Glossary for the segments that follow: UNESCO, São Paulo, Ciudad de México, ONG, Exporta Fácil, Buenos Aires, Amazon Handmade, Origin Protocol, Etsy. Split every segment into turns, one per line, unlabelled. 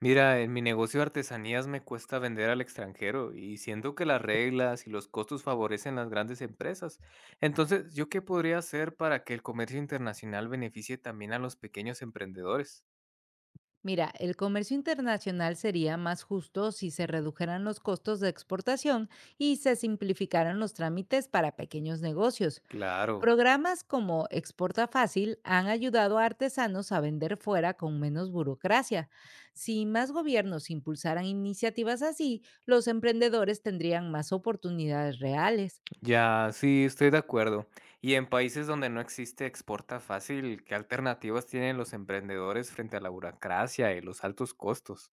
Mira, en mi negocio de artesanías me cuesta vender al extranjero y siento que las reglas y los costos favorecen las grandes empresas. Entonces, ¿yo qué podría hacer para que el comercio internacional beneficie también a los pequeños emprendedores?
Mira, el comercio internacional sería más justo si se redujeran los costos de exportación y se simplificaran los trámites para pequeños negocios.
Claro,
Programas como Exporta Fácil han ayudado a artesanos a vender fuera con menos burocracia. Si más gobiernos impulsaran iniciativas así, los emprendedores tendrían más oportunidades reales.
ya, sí, estoy de acuerdo. Y en países donde no existe Exporta Fácil, ¿qué alternativas tienen los emprendedores frente a la burocracia y los altos costos?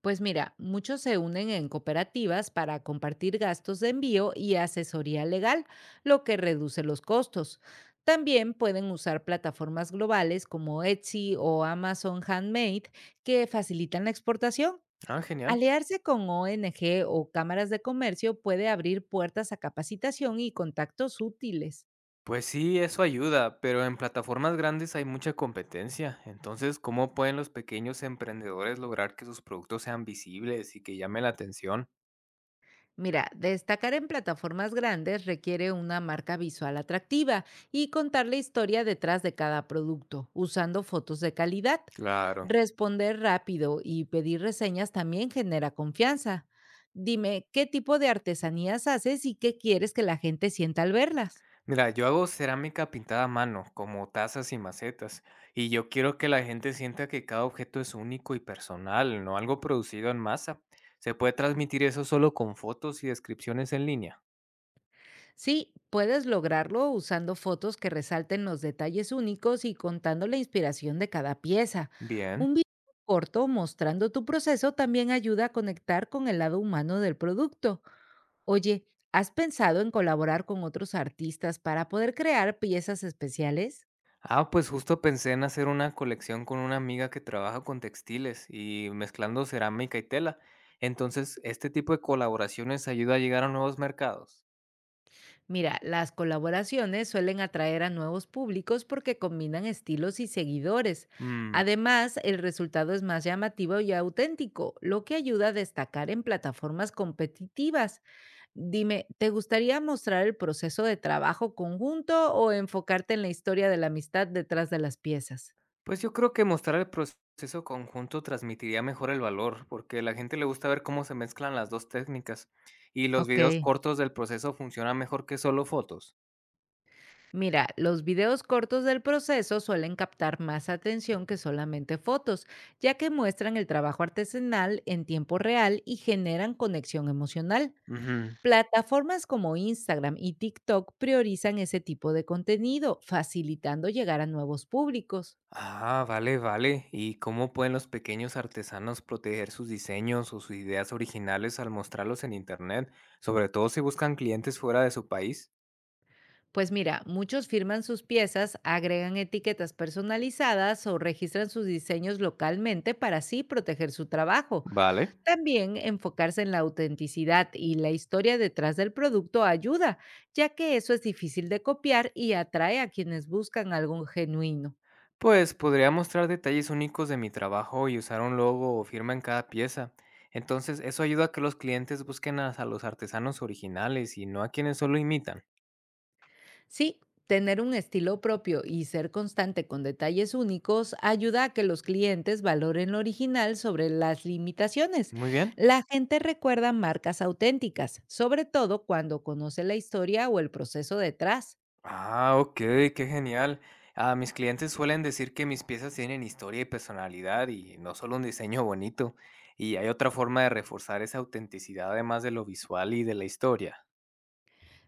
Pues mira, muchos se unen en cooperativas para compartir gastos de envío y asesoría legal, lo que reduce los costos. También pueden usar plataformas globales como Etsy o Amazon Handmade que facilitan la exportación.
Ah, genial.
Aliarse con ONG o cámaras de comercio puede abrir puertas a capacitación y contactos útiles.
Pues sí, eso ayuda, pero en plataformas grandes hay mucha competencia. Entonces, ¿cómo pueden los pequeños emprendedores lograr que sus productos sean visibles y que llamen la atención?
Mira, destacar en plataformas grandes requiere una marca visual atractiva y contar la historia detrás de cada producto, usando fotos de calidad.
Claro.
Responder rápido y pedir reseñas también genera confianza. Dime, ¿qué tipo de artesanías haces y qué quieres que la gente sienta al verlas?
Mira, yo hago cerámica pintada a mano, como tazas y macetas, y yo quiero que la gente sienta que cada objeto es único y personal, no algo producido en masa. ¿Se puede transmitir eso solo con fotos y descripciones en línea?
Sí, puedes lograrlo usando fotos que resalten los detalles únicos y contando la inspiración de cada pieza.
Bien.
Un video corto mostrando tu proceso también ayuda a conectar con el lado humano del producto. Oye, ¿has pensado en colaborar con otros artistas para poder crear piezas especiales?
Ah, pues justo pensé en hacer una colección con una amiga que trabaja con textiles y mezclando cerámica y tela. Entonces, ¿este tipo de colaboraciones ayuda a llegar a nuevos mercados?
Mira, las colaboraciones suelen atraer a nuevos públicos porque combinan estilos y seguidores.
Mm,
Además, el resultado es más llamativo y auténtico, lo que ayuda a destacar en plataformas competitivas. Dime, ¿te gustaría mostrar el proceso de trabajo conjunto o enfocarte en la historia de la amistad detrás de las piezas?
pues yo creo que mostrar el proceso conjunto transmitiría mejor el valor, porque a la gente le gusta ver cómo se mezclan las dos técnicas y los videos
Ok.
cortos del proceso funcionan mejor que solo fotos.
Mira, los videos cortos del proceso suelen captar más atención que solamente fotos, ya que muestran el trabajo artesanal en tiempo real y generan conexión emocional.
Ujú.
Plataformas como Instagram y TikTok priorizan ese tipo de contenido, facilitando llegar a nuevos públicos.
Ah, vale, vale. ¿Y cómo pueden los pequeños artesanos proteger sus diseños o sus ideas originales al mostrarlos en Internet, sobre todo si buscan clientes fuera de su país?
Pues mira, muchos firman sus piezas, agregan etiquetas personalizadas o registran sus diseños localmente para así proteger su trabajo.
Vale.
También enfocarse en la autenticidad y la historia detrás del producto ayuda, ya que eso es difícil de copiar y atrae a quienes buscan algo genuino.
Pues podría mostrar detalles únicos de mi trabajo y usar un logo o firma en cada pieza. Entonces, eso ayuda a que los clientes busquen a los artesanos originales y no a quienes solo imitan.
Sí, tener un estilo propio y ser constante con detalles únicos ayuda a que los clientes valoren lo original sobre las limitaciones.
Muy bien.
La gente recuerda marcas auténticas, sobre todo cuando conoce la historia o el proceso detrás.
Ah, ok, qué genial. Ah, mis clientes suelen decir que mis piezas tienen historia y personalidad y no solo un diseño bonito. Y hay otra forma de reforzar esa autenticidad además de lo visual y de la historia.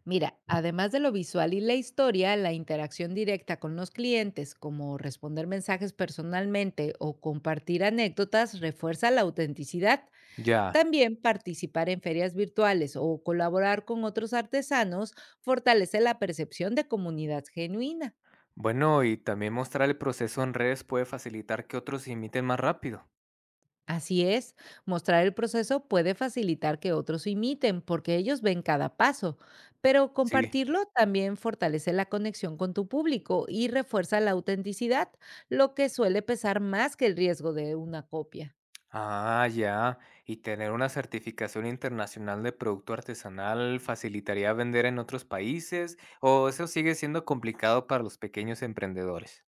Mira, además de lo visual y la historia, la interacción directa con los clientes, como responder mensajes personalmente o compartir anécdotas, refuerza la autenticidad.
Ya.
También participar en ferias virtuales o colaborar con otros artesanos fortalece la percepción de comunidad genuina.
Bueno, y también mostrar el proceso en redes puede facilitar que otros imiten más rápido.
Así es, mostrar el proceso puede facilitar que otros imiten porque ellos ven cada paso, pero
Sí.
compartirlo también fortalece la conexión con tu público y refuerza la autenticidad, lo que suele pesar más que el riesgo de una copia.
Ah, ya. Y tener una certificación internacional de producto artesanal facilitaría vender en otros países, o eso sigue siendo complicado para los pequeños emprendedores.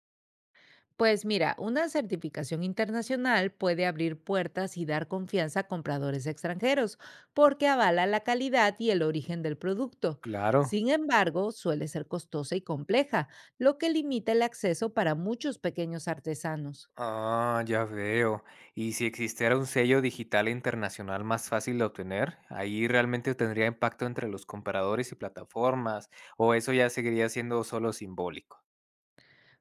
Pues mira, una certificación internacional puede abrir puertas y dar confianza a compradores extranjeros, porque avala la calidad y el origen del producto.
Claro.
Sin embargo, suele ser costosa y compleja, lo que limita el acceso para muchos pequeños artesanos.
Ah, ya veo. Y si existiera un sello digital internacional más fácil de obtener, ahí realmente tendría impacto entre los compradores y plataformas, o eso ya seguiría siendo solo simbólico.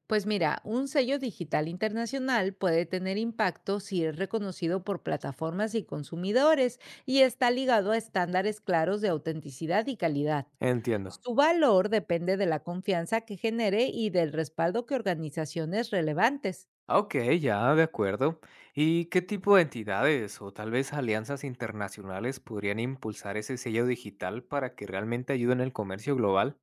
Pues mira, un sello digital internacional puede tener impacto si es reconocido por plataformas y consumidores y está ligado a estándares claros de autenticidad y calidad.
Entiendo.
Su valor depende de la confianza que genere y del respaldo que organizaciones relevantes.
Ah, ok, ya, de acuerdo. ¿Y qué tipo de entidades o tal vez alianzas internacionales podrían impulsar ese sello digital para que realmente ayuden el comercio global?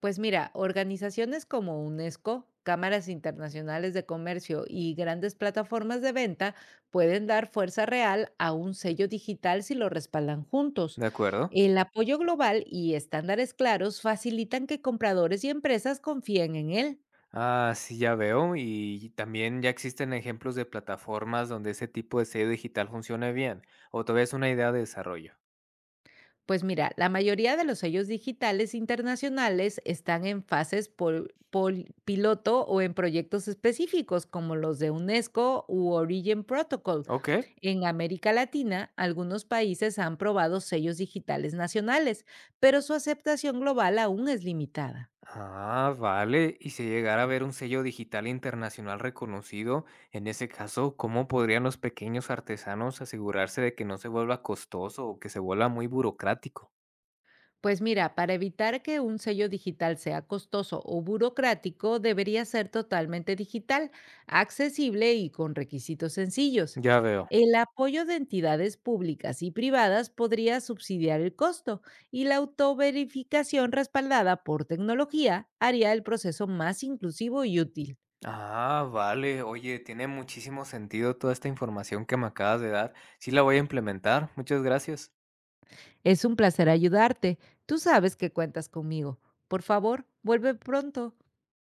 Pues mira, organizaciones como UNESCO, cámaras internacionales de comercio y grandes plataformas de venta pueden dar fuerza real a un sello digital si lo respaldan juntos.
¿De acuerdo?
El apoyo global y estándares claros facilitan que compradores y empresas confíen en él.
Ah, sí, ya veo. Y también ya existen ejemplos de plataformas donde ese tipo de sello digital funcione bien, o todavía es una idea de desarrollo.
Pues mira, la mayoría de los sellos digitales internacionales están en fases piloto o en proyectos específicos como los de UNESCO u Origin Protocol.
Ok.
En América Latina, algunos países han probado sellos digitales nacionales, pero su aceptación global aún es limitada.
Ah, vale. Y si llegara a haber un sello digital internacional reconocido, en ese caso, ¿cómo podrían los pequeños artesanos asegurarse de que no se vuelva costoso o que se vuelva muy burocrático?
Pues mira, para evitar que un sello digital sea costoso o burocrático, debería ser totalmente digital, accesible y con requisitos sencillos.
Ya veo.
El apoyo de entidades públicas y privadas podría subsidiar el costo y la autoverificación respaldada por tecnología haría el proceso más inclusivo y útil.
Ah, vale. Oye, tiene muchísimo sentido toda esta información que me acabas de dar. Sí la voy a implementar. Muchas gracias.
Es un placer ayudarte. Tú sabes que cuentas conmigo. Por favor, vuelve pronto.